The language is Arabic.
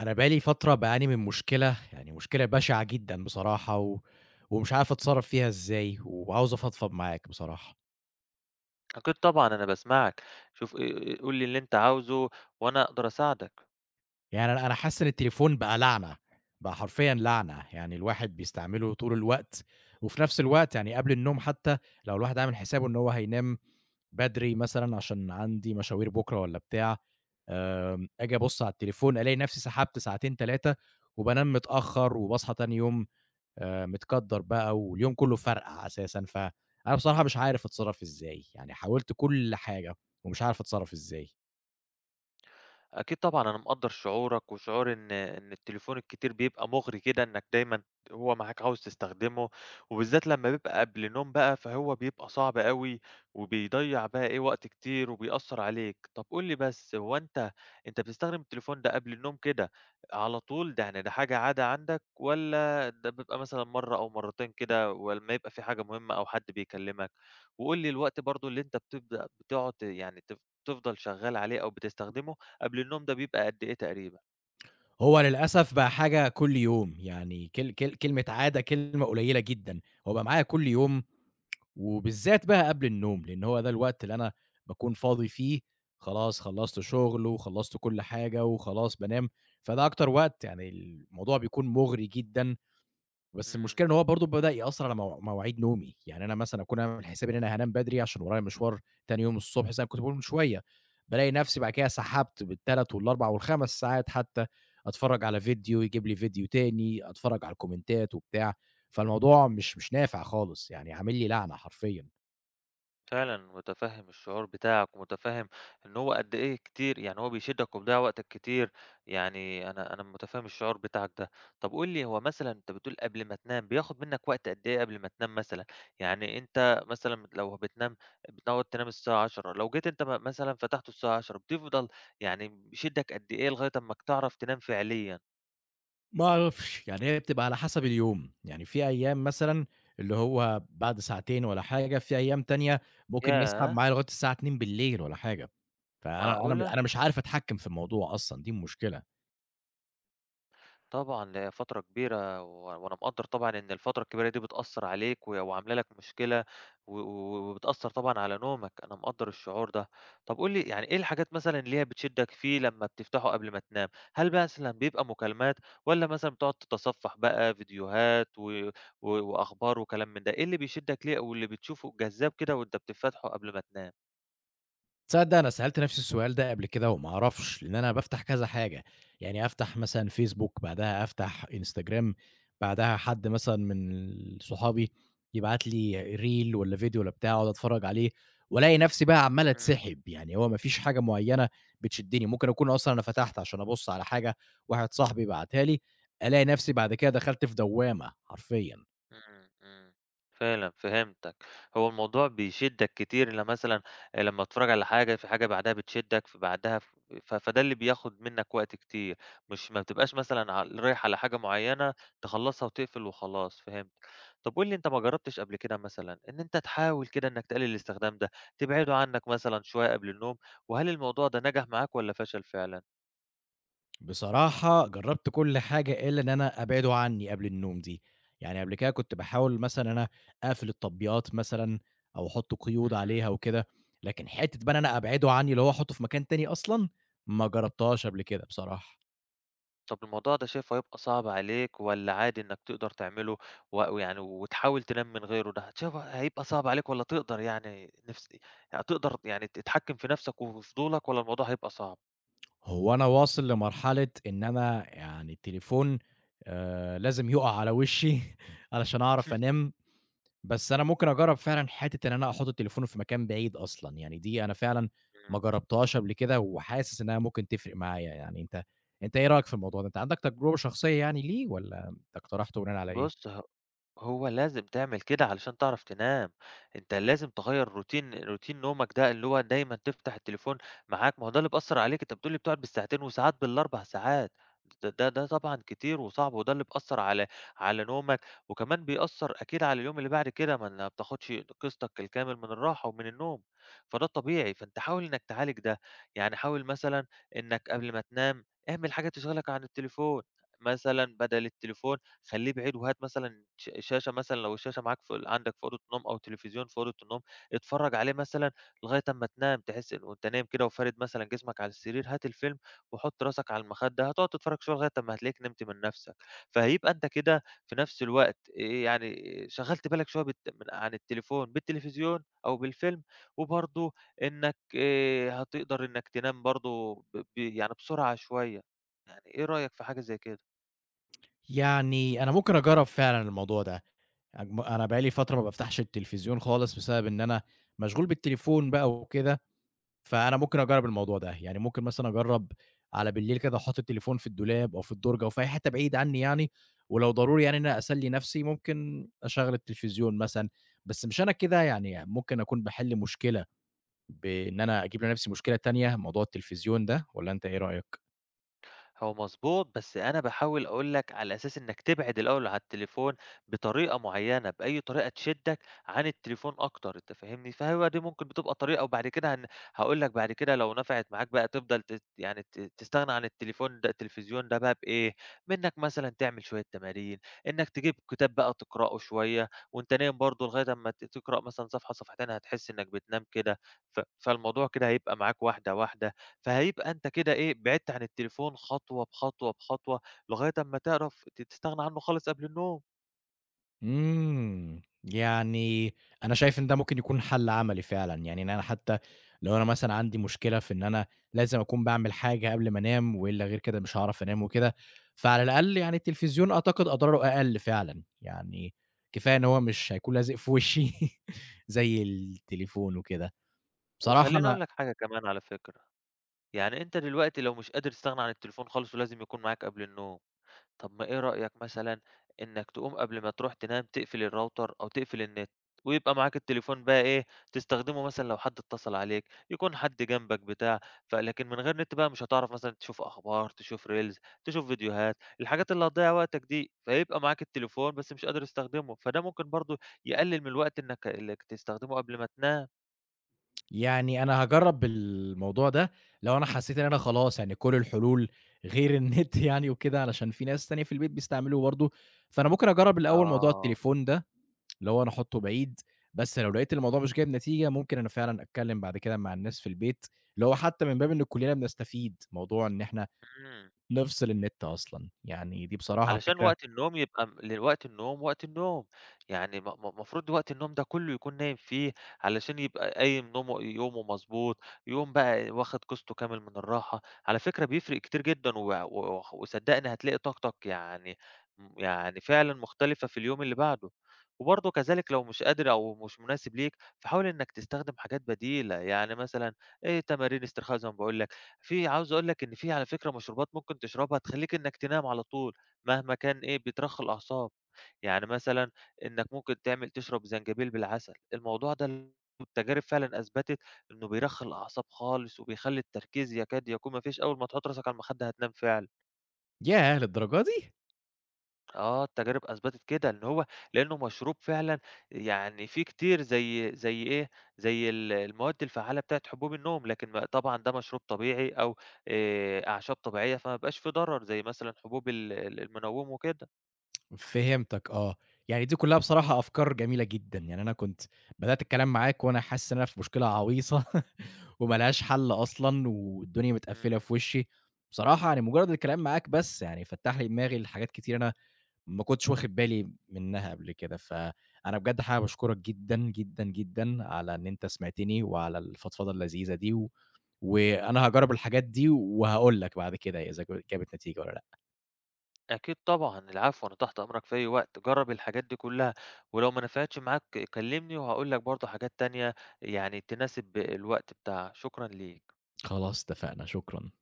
أنا بقى لي فترة باعاني من مشكلة، يعني مشكلة بشعة جدًا بصراحة و ومش عارف أتصرّف فيها إزاي، وعاوز أفضفض معاك بصراحة. أكيد طبعًا أنا باسمعك، شوف قُل لي اللي أنت عاوزه وأنا أقدر أساعدك. يعني أنا حاسس إن التليفون بقى لعنة، بقى حرفيًا لعنة، يعني الواحد بيستعمله طول الوقت، وفي نفس الوقت يعني قبل النوم حتى لو الواحد عامل حسابه إن هو هينام بدري مثلًا عشان عندي مشاوير بُكرة والّا بتاع، آجي أبُص على التليفون ألاقي نفسي سحبت ساعتين، 3. وبانام متأخر وباصحى تاني يوم متكدَّر بقى واليوم كُلّه فرقع أساسًا، فأنا بصراحة مش عارف أتصرّف إزاي، يعني حاولت كل حاجة ومش عارف أتصرّف إزاي. أكيد طبعًا أنا مقدّر شعورك، وشعور إن التليفون الكتير بيبقى مُغري كده، إنك دايمًا هو معاك عاوز تستخدمه، وبالذات لمّا بيبقى قبل نوم بقى، فهو بيبقى صعب أوي، وبيضيّع بقى إيه وقت كتير، وبيأثّر عليك. طب قُل لي بس، هو أنت بتستخدم التليفون ده قبل النوم كده على طول؟ ده يعني ده حاجة عادة عندك، والّا ده بيبقى مثلًا مرّة أو مرّتين كده ولمّا يبقى في حاجة مهمة أو حد بيكلمك؟ وقُل لي الوقت برضه اللي أنت بتبدأ بتقعد ت يعني تف تفضل شغّال عليه أو بتستخدمه. قبل النوم ده بيبقى قد إيه تقريبًا؟ هو للأسف بقى حاجة كل يوم، يعني كل كلمة عادة كلمة قليّلة جدًا، هو بقى معايا كل يوم وبالذات بقى قبل النوم، لإن هو ده الوقت اللي أنا باكون فاضي فيه، خلاص خلّصت شُغل وخلّصت كل حاجة وخلاص بانام، فده أكتر وقت يعني الموضوع بيكون مُغري جدًا. بس إمم، المشكلة إن هو برضه بدأ يأثّر على مواعيد نومي، يعني أنا مثلًا أكون عامل حسابي إن أنا هانام بدري عشان ورايا مشوار تاني يوم الصبح زي ما كنت باقول من شوية، بالاقي نفسي بعد كده سحبت بال3 وال4 وال5 ساعات حتى، أتفرّج على فيديو يجيب لي فيديو تاني، أتفرّج على الكومنتات وبتاع، فالموضوع مش نافع خالص، يعني عامل لي لعنة حرفيًا. فعلًا متفهم الشعور بتاعك، ومتفهم إن هو قد إيه كتير يعني هو بيشدك وبيضيّع وقتك كتير، يعني أنا متفهم الشعور بتاعك ده. طب قُل لي هو مثلًا أنت بتقول قبل ما تنام بياخد منك وقت قد إيه قبل ما تنام مثلًا؟ يعني أنت مثلًا لو بتنام بتقعد تنام الساعة 22:00 لو جيت أنت مثلًا فتحته الساعة 22:00 بتفضل يعني بيشدك قد إيه لغاية أمّاك تعرف تنام فعليًا؟ ما أعرفش، يعني هي بتبقى على حسب اليوم، يعني في أيام مثلًا اللي هو بعد ساعتين والّا حاجة، في أيام تانية ممكن يسحب ياه! معايا لغاية الساعة 02:00 والّا حاجة. فأنا أنا م معقولة؟! أنا مش عارف أتحكّم في الموضوع أصلًا، دي المشكلة. طبعًا، لهي فترة كبيرة، وأنا مقدّر طبعًا إن الفترة الكبيرة دي بتأثّر عليك وعاملة لك مشكلة، و و وبتأثّر طبعًا على نومك، أنا مقدّر الشعور ده. طَب قُل لي يعني إيه الحاجات مثلًا اللي هي بتشدّك فيه لمّا بتفتحه قبل ما تنام؟ هل بقى مثلًا بيبقى مكالمات والّا مثلًا بتقعد تتصفّح بقى فيديوهات و و وأخبار وكلام من ده؟ إيه اللي بيشدّك ليه واللي بتشوفه جذاب كده وأنت بتفتحه قبل ما تنام؟ تصدّق أنا سألت نَفْسي السؤال ده قبل كده وما أعرفش، لإن أنا بافتح كذا حاجة، يعني أفتح مثلًا فيسبوك، بعدها أفتح إنستجرام، بعدها حد مثلًا من صحابي يبعت لي ريل والّا فيديو والّا بتاع أقعد أتفرّج عليه وألاقي نَفْسي بقى عمّال إمم. أتسحب، يعني هو ما فيش حاجة معيّنة بتشدّني، ممكن أكون أصلًا أنا فتحت عشان أبُص على حاجة واحد صاحبي بعتها لي، ألاقي نَفْسي بعد كده دخلت في دوّامة حرفيًا. إمم. فعلًا فهمتك. هو الموضوع بيشدّك كتير مثلًا لمّا تتفرّج على حاجة، في حاجة بعدها بتشدّك، في بعدها ف ف فده اللي بياخُد منّك وقت كتير، مش ما بتبقاش مثلًا رايح على حاجة معيّنة تخلّصها وتقفل وخلاص، فهمتك. طب قُل لي أنت ما جرّبتش قبل كده مثلًا إن أنت تحاول كده إنّك تقلل الاستخدام ده، تبعده عنّك مثلًا شوية قبل النوم وهل الموضوع ده نجح معاك والّا فشل فعلًا؟ بصراحة جرّبت كل حاجة إلا إن أنا أبعده عني قبل النوم دي، يعني قبل كده كنت باحاول مثلًا إن أنا أقفل التطبيقات مثلًا أو أحُط قيود إمم. عليها وكده، لكن حتّة بقى إن أنا أبعده عني اللي هو أحُطّه في مكان تاني أصلًا، ما جرّبتهاش قبل كده بصراحة. طب الموضوع ده شايفه هيبقى صعب عليك والّا عادي إنك تقدر تعمله و ويعني وتحاول تنام من غيره ده، شايفه هيبقى صعب عليك والّا تقدر يعني نفس هتقدر يعني تتحكم في نفسك وفضولك والّا الموضوع هيبقى صعب؟ هو أنا واصل لمرحلة إن أنا يعني التليفون لازم يُقع على وشّي علشان أعرف أنام. بس أنا ممكن أجرّب فعلًا حتّة إن أنا أحُط التليفون في مكان بعيد أصلًا، يعني دي أنا فعلًا إمم. ما جرّبتهاش قبل كده وحاسس إنّها ممكن تفرق معايا، يعني أنت إيه رأيك في الموضوع ده؟ أنت عندك تجربة شخصية يعني ليه والّا أنت اقترحته بناءً على بُص إيه؟ ه هو لازم تعمل كده علشان تعرف تنام، أنت لازم تغيّر روتين نومك ده اللي هو دايمًا تفتح التليفون معاك، ما هو ده اللي بيأثّر عليك، أنت بتقول لي بتقعد بالساعتين وساعات بال4 ساعات، د ده ده طبعًا كتير وصعب، وده اللي بيأثّر على على نومك، وكمان بيأثّر أكيد على اليوم اللي بعد كده، ما أنا بتاخدش قسطك الكامل من الراحة ومن النوم، فده طبيعي، فأنت حاول إنك تعالج ده، يعني حاول مثلًا إنك قبل ما تنام اعمل حاجة تشغلك عن التليفون، مثلًا بدل التليفون خلّيه بعيد وهات مثلًا شاشة مثلًا لو الشاشة معاك في ال عندك في أوضة النوم أو تلفزيون في أوضة النوم، اتفرّج عليه مثلًا لغاية أمّا تنام، تحس إن وأنت نايم كده وفارد مثلًا جسمك على السرير، هات الفيلم وحُط راسك على المخدة، هتقعد تتفرّج شوية لغاية أمّا هتلاقيك نمت من نَفْسك. فهيبقى أنت كده في نَفْس الوقت يعني إيه، شغّلت بالك شوية بت من عن التليفون بالتلفزيون أو بالفيلم، وبرضه إنّك هتقدر إنّك تنام برضه ب ب يعني بسرعة شوية. يعني إيه رأيك في حاجة زي كده؟ يعني أنا ممكن أجرّب فعلًا الموضوع ده، أنا بقى لي فترة ما بافتحش التلفزيون خالص بسبب إن أنا مشغول بالتليفون بقى وكده. فأنا ممكن أجرّب الموضوع ده، يعني ممكن مثلًا أجرّب على بالليل كده أحُط التليفون في الدولاب أو في الدُرج أو في أي حتّة بعيد عنّي يعني، ولو ضروري يعني إن أنا أسلّي نَفْسي ممكن أشغّل التلفزيون مثلًا، بس مش أنا كده يعني ممكن أكون باحِل مشكلة بإن أنا أجيب لنَفْسي مشكلة تانية، موضوع التلفزيون ده والّا أنت إيه رأيك؟ هو مضبوط، بس أنا باحاول أقول لك على أساس إنك تبعد الأول عن التليفون بطريقة معيّنة، بأي طريقة تشدّك عن التليفون أكتر، أنت فاهمني؟ فهو دي ممكن بتبقى طريقة وبعد كده هاقول لك بعد كده لو نفعت معاك بقى تفضل تت يعني ت تستغنى عن التليفون ده التلفزيون ده بقى بإيه، منّك مثلًا تعمل شوية تمارين، إنك تجيب كتاب بقى تقرأه شوية وأنت نايم برضه لغاية أمّا تقرأ مثلًا صفحة، صفحتين هتحس إنك بتنام كده، فالموضوع كده هيبقى معاك واحدة، واحدة. فهيبقى أنت كده إيه، بعدت عن التليفون خطوة بخطوة، بخطوة، لغاية أمّا تعرف تستغنى عنه خالص قبل النوم. إمم، يعني أنا شايف إن ده ممكن يكون حل عملي فعلًا، يعني إن أنا حتى لو أنا مثلًا عندي مشكلة في إن أنا لازم أكون باعمل حاجة قبل ما أنام، وإلا غير كده مش هاعرف أنام وكده، فعلى الأقل يعني التلفزيون أعتقد أضراره أقل فعلًا، يعني كفاية إن هو مش هيكون لازق في وشي زي التليفون وكده. بصراحة وخلّيني أنا أقول لك حاجة كمان على فكرة، يعني أنت دلوقتي لو مش قادر تستغنى عن التليفون خالص ولازم يكون معاك قبل النوم طب ما إيه رأيك مثلًا إنك تقوم قبل ما تروح تنام تقفل الراوتر أو تقفل النت، ويبقى معاك التليفون بقى إيه، تستخدمه مثلًا لو حد اتصل عليك، يكون حد جنبك بتاع، فلكن من غير نت بقى مش هتعرف مثلًا تشوف أخبار، تشوف reels، تشوف فيديوهات، الحاجات اللي هتضيّع وقتك دي، فيبقى معاك التليفون بس مش قادر تستخدمه، فده ممكن برضه يقلل من الوقت إنك تستخدمه قبل ما تنام. يعني أنا هاجرّب الموضوع ده، لو أنا حسّيت إن أنا خلاص يعني كل الحلول غير النت يعني وكده، علشان في ناس تانية في البيت بيستعملوه برضه، فأنا ممكن أجرّب الأول موضوع آه، التليفون ده، اللي هو أنا أحطّه بعيد، بس لو لقيت الموضوع مش جايب نتيجة، ممكن أنا فعلًا أتكلّم بعد كده مع الناس في البيت، اللي هو حتى من باب إن كُلّنا بنستفيد، موضوع إن إحنا إمم. نفصل النت أصلًا، يعني دي بصراحة علشان فكرة. وقت النوم يبقى لوقت النوم، وقت النوم، يعني م م المفروض وقت النوم ده كلّه يكون نايم فيه، علشان يبقى قايم نومه يومه مضبوط، يقوم بقى واخد قسطه كامل من الراحة، على فكرة بيفرق كتير جدًا و و وصدّقني هتلاقي طاقتك يعني م يعني فعلًا مختلفة في اليوم اللي بعده، وبرضه كذلك لو مش قادر أو مش مناسب ليك، فحاول إنك تستخدم حاجات بديلة، يعني مثلًا إيه تمارين استرخاء زي ما باقول لك، في عاوز أقول لك إن في على فكرة مشروبات ممكن تشربها تخلّيك إنك تنام على طول. مهما كان إيه، بيترخّي الأعصاب. يعني مثلًا إنّك ممكن تعمل تشرب زنجبيل بالعسل، الموضوع ده التجارب فعلًا أثبتت إنه بيرخّي الأعصاب خالص وبيخلّي التركيز يكاد يكون ما فيش، أول ما تحُط راسك على المخدة هتنام فعلًا. ياه! للدرجة دي؟! آه، التجارب أثبتت كده، إن هو لإنه مشروب فعلًا يعني فيه كتير زي إيه، زي المواد الفعّالة بتاعة حبوب النوم، لكن ما طبعًا ده مشروب طبيعي أو أعشاب طبيعية، فما بيبقاش فيه ضرر زي مثلًا حبوب ال المنوِّم وكده. فهمتك آه. يعني دي كُلّها بصراحة أفكار جميلة جدًا. يعني أنا كنت بدأت الكلام معاك وأنا حاسس إن أنا في مشكلة عويصة وما لهاش حل أصلًا والدنيا متقفّلة إمم. في وشّي. بصراحة يعني مُجرّد الكلام معاك بس يعني فتّح لي دماغي لحاجات كتير أنا ما كنتش واخد بالي منّها قبل كده. فأنا بجد حابب أشكرك جدًا، جدًا، جدًا على إن أنت سمعتني وعلى الفضفضة اللذيذة دي و وأنا هاجرّب الحاجات دي وهاقول لك بعد كده إذا جابت نتيجة والّا لأ. أكيد طبعًا، العفو، أنا تحت أمرك في أي وقت، جرّب الحاجات دي كلّها، ولو ما نفعتش معاك كلّمني وهاقول لك برضه حاجات تانية يعني تناسب الوقت بتاعها، شكرًا ليك. خلاص اتفقنا، شكرًا.